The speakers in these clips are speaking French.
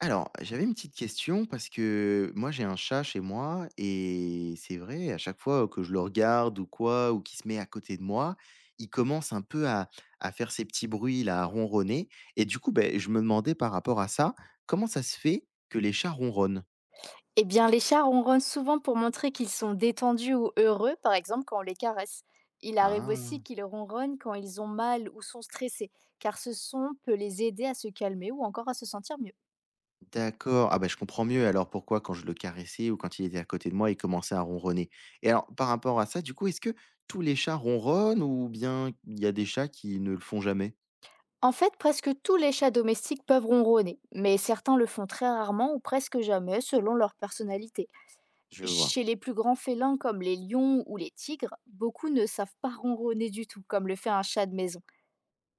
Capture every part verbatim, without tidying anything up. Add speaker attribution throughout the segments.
Speaker 1: Alors, j'avais une petite question parce que moi j'ai un chat chez moi et c'est vrai, à chaque fois que je le regarde ou quoi, ou qu'il se met à côté de moi, il commence un peu à, à faire ses petits bruits, là, à ronronner. Et du coup, ben, je me demandais par rapport à ça, comment ça se fait que les chats ronronnent?
Speaker 2: Eh bien, les chats ronronnent souvent pour montrer qu'ils sont détendus ou heureux, par exemple quand on les caresse. Il arrive
Speaker 1: Ah,
Speaker 2: aussi qu'ils ronronnent quand ils ont mal ou sont stressés, car ce son peut les aider à se calmer ou encore à se sentir mieux.
Speaker 1: d'accord. Ah ben, je comprends mieux alors pourquoi quand je le caressais ou quand il était à côté de moi, il commençait à ronronner. Et alors, par rapport à ça, du coup, est-ce que tous les chats ronronnent ou bien il y a des chats qui ne le font jamais?
Speaker 2: En fait, presque tous les chats domestiques peuvent ronronner, mais certains le font très rarement ou presque jamais selon leur personnalité.
Speaker 1: Je vois.
Speaker 2: Chez les plus grands félins comme les lions ou les tigres, beaucoup ne savent pas ronronner du tout, comme le fait un chat de maison.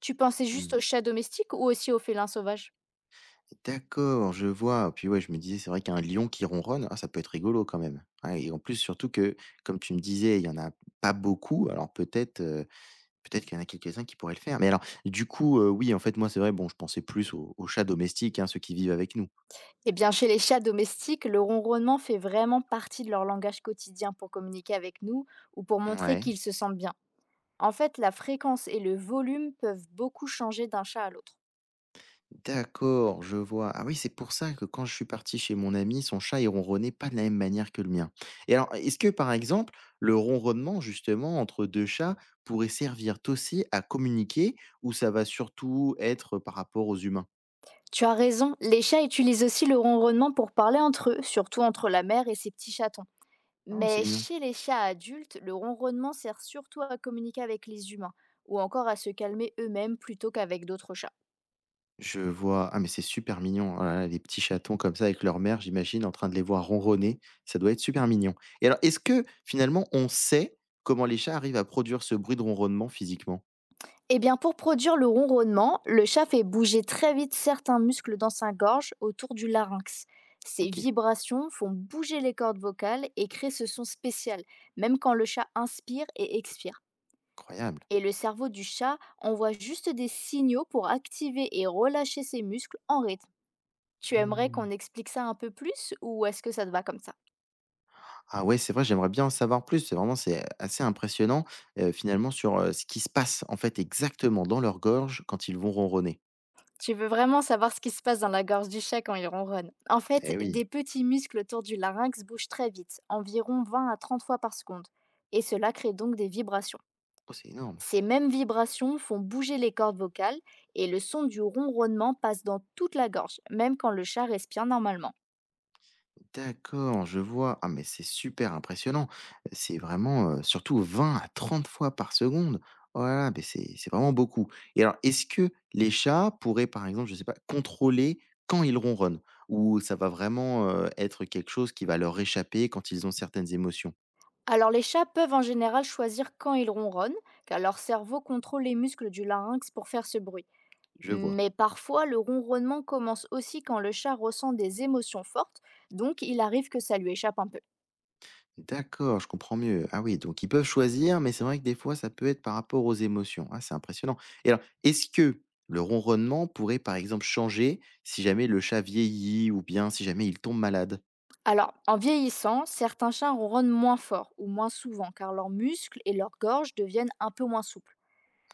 Speaker 2: Tu pensais juste
Speaker 1: Mmh.
Speaker 2: aux chats domestiques ou aussi aux félins sauvages?
Speaker 1: D'accord, je vois. Puis ouais, je me disais, c'est vrai qu'un lion qui ronronne, ah, ça peut être rigolo quand même. Ah, et en plus, surtout que, comme tu me disais, il y en a pas beaucoup. Alors peut-être, euh, peut-être qu'il y en a quelques-uns qui pourraient le faire. Mais alors, du coup, euh, oui, en fait, moi, c'est vrai. Bon, je pensais plus aux, aux chats domestiques, hein, ceux qui vivent avec nous.
Speaker 2: Eh bien, chez les chats domestiques, le ronronnement fait vraiment partie de leur langage quotidien pour communiquer avec nous ou pour montrer
Speaker 1: Ouais.
Speaker 2: qu'ils se sentent bien. En fait, la fréquence et le volume peuvent beaucoup changer d'un chat à l'autre.
Speaker 1: D'accord, je vois. Ah oui, c'est pour ça que quand je suis parti chez mon ami, son chat, il ronronnait pas de la même manière que le mien. Et alors, est-ce que par exemple, le ronronnement justement entre deux chats pourrait servir aussi à communiquer ou ça va surtout être par rapport aux humains?
Speaker 2: Tu as raison, les chats utilisent aussi le ronronnement pour parler entre eux, surtout entre la mère et ses petits chatons.
Speaker 1: Ah, c'est
Speaker 2: Mais
Speaker 1: mignon.
Speaker 2: chez les chats adultes, le ronronnement sert surtout à communiquer avec les humains ou encore à se calmer eux-mêmes plutôt qu'avec d'autres chats.
Speaker 1: Je vois. Ah, mais c'est super mignon. Oh là là, les petits chatons comme ça avec leur mère, j'imagine, en train de les voir ronronner. Ça doit être super mignon. Et alors, est-ce que finalement, on sait comment les chats arrivent à produire ce bruit de ronronnement physiquement?
Speaker 2: Eh bien, pour produire le ronronnement, le chat fait bouger très vite certains muscles dans sa gorge autour du larynx. Ces
Speaker 1: Ok,
Speaker 2: vibrations font bouger les cordes vocales et créent ce son spécial, même quand le chat inspire et expire.
Speaker 1: incroyable.
Speaker 2: Et le cerveau du chat envoie juste des signaux pour activer et relâcher ses muscles en rythme. Tu aimerais qu'on
Speaker 1: Hmm.
Speaker 2: explique ça un peu plus ou est-ce que ça te va comme ça?
Speaker 1: Ah ouais, c'est vrai, j'aimerais bien en savoir plus. C'est vraiment, c'est assez impressionnant, heu, finalement sur, heu, ce qui se passe, en fait, exactement dans leur gorge quand ils vont ronronner.
Speaker 2: Tu veux vraiment savoir ce qui se passe dans la gorge du chat quand il ronronne. En fait,
Speaker 1: Eh oui.
Speaker 2: des petits muscles autour du larynx bougent très vite, environ vingt à trente fois par seconde, et cela crée donc des vibrations.
Speaker 1: Oh, c'est énorme.
Speaker 2: Ces mêmes vibrations font bouger les cordes vocales et le son du ronronnement passe dans toute la gorge, même quand le chat respire normalement.
Speaker 1: D'accord, je vois. Ah mais c'est super impressionnant. C'est vraiment, heu, surtout vingt à trente fois par seconde. Oh là là, mais c'est c'est vraiment beaucoup et alors, est-ce que les chats pourraient, par exemple, je sais pas, contrôler quand ils ronronnent? Ou ça va vraiment, heu, être quelque chose qui va leur échapper quand ils ont certaines émotions?
Speaker 2: Alors les chats peuvent en général choisir quand ils ronronnent, car leur cerveau contrôle les muscles du larynx pour faire ce bruit.
Speaker 1: Je vois.
Speaker 2: Mais parfois, le ronronnement commence aussi quand le chat ressent des émotions fortes, donc il arrive que ça lui échappe un peu.
Speaker 1: D'accord, je comprends mieux. Ah oui, donc ils peuvent choisir, mais c'est vrai que des fois, ça peut être par rapport aux émotions. Ah, c'est impressionnant. Et alors, est-ce que le ronronnement pourrait, par exemple, changer si jamais le chat vieillit ou bien si jamais il tombe malade?
Speaker 2: Alors, en vieillissant, certains chats ronronnent moins fort ou moins souvent, car leurs muscles et leur gorge deviennent un peu moins souples.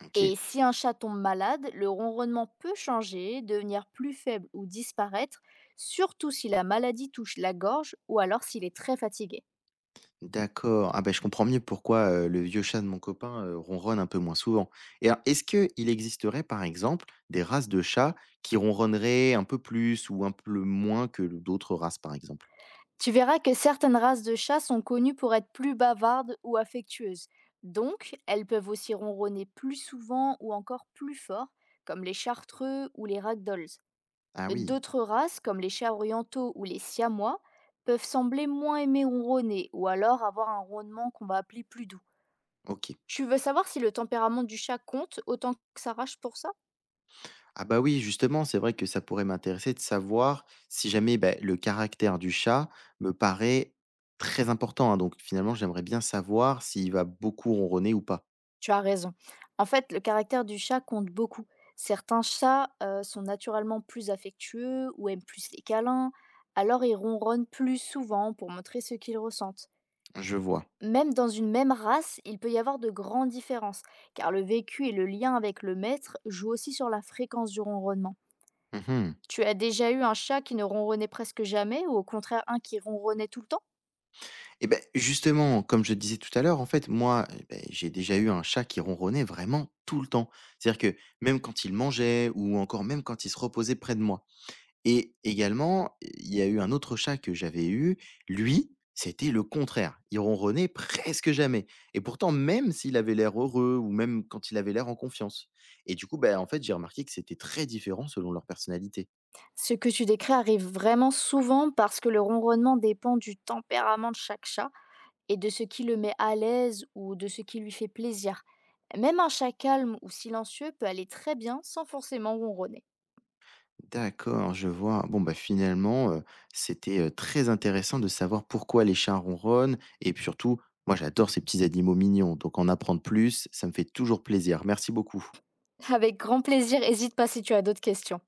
Speaker 1: Ok,
Speaker 2: Et si un chat tombe malade, le ronronnement peut changer, devenir plus faible ou disparaître, surtout si la maladie touche la gorge ou alors s'il est très fatigué.
Speaker 1: d'accord. Ah ben, je comprends mieux pourquoi euh, le vieux chat de mon copain euh, ronronne un peu moins souvent. Et alors, est-ce qu'il existerait, par exemple, des races de chats qui ronronneraient un peu plus ou un peu moins que d'autres races, par exemple?
Speaker 2: Tu verras que certaines races de chats sont connues pour être plus bavardes ou affectueuses. Donc, elles peuvent aussi ronronner plus souvent ou encore plus fort, comme les chartreux ou les ragdolls.
Speaker 1: Ah oui,
Speaker 2: D'autres races, comme les chats orientaux ou les siamois, peuvent sembler moins aimer ronronner ou alors avoir un ronnement qu'on va appeler plus doux.
Speaker 1: ok.
Speaker 2: Tu veux savoir si le tempérament du chat compte autant que ça rage pour ça?
Speaker 1: Ah bah oui, justement, c'est vrai que ça pourrait m'intéresser de savoir si jamais bah, le caractère du chat me paraît très important, hein. Donc finalement, j'aimerais bien savoir s'il va beaucoup ronronner ou pas.
Speaker 2: Tu as raison. En fait, le caractère du chat compte beaucoup. Certains chats euh, sont naturellement plus affectueux ou aiment plus les câlins, alors ils ronronnent plus souvent pour montrer ce qu'ils ressentent.
Speaker 1: Je vois.
Speaker 2: Même dans une même race, il peut y avoir de grandes différences, car le vécu et le lien avec le maître jouent aussi sur la fréquence du ronronnement.
Speaker 1: Mhm.
Speaker 2: Tu as déjà eu un chat qui ne ronronnait presque jamais, ou au contraire un qui ronronnait tout le temps?
Speaker 1: Et ben justement, comme je disais tout à l'heure, en fait, moi, eh ben, j'ai déjà eu un chat qui ronronnait vraiment tout le temps. C'est-à-dire que même quand il mangeait ou encore même quand il se reposait près de moi. Et également, il y a eu un autre chat que j'avais eu, lui, c'était le contraire. Il ronronnait presque jamais et pourtant même s'il avait l'air heureux ou même quand il avait l'air en confiance et du coup, bah, en fait, j'ai remarqué que c'était très différent selon leur personnalité.
Speaker 2: Ce que tu décris arrive vraiment souvent parce que le ronronnement dépend du tempérament de chaque chat et de ce qui le met à l'aise ou de ce qui lui fait plaisir. Même un chat calme ou silencieux peut aller très bien sans forcément ronronner.
Speaker 1: D'accord, je vois. Bon, bah, finalement, heu, c'était, heu, très intéressant de savoir pourquoi les chats ronronnent et puis surtout, moi j'adore ces petits animaux mignons, donc en apprendre plus, ça me fait toujours plaisir. Merci beaucoup.
Speaker 2: Avec grand plaisir, hésite pas si tu as d'autres questions.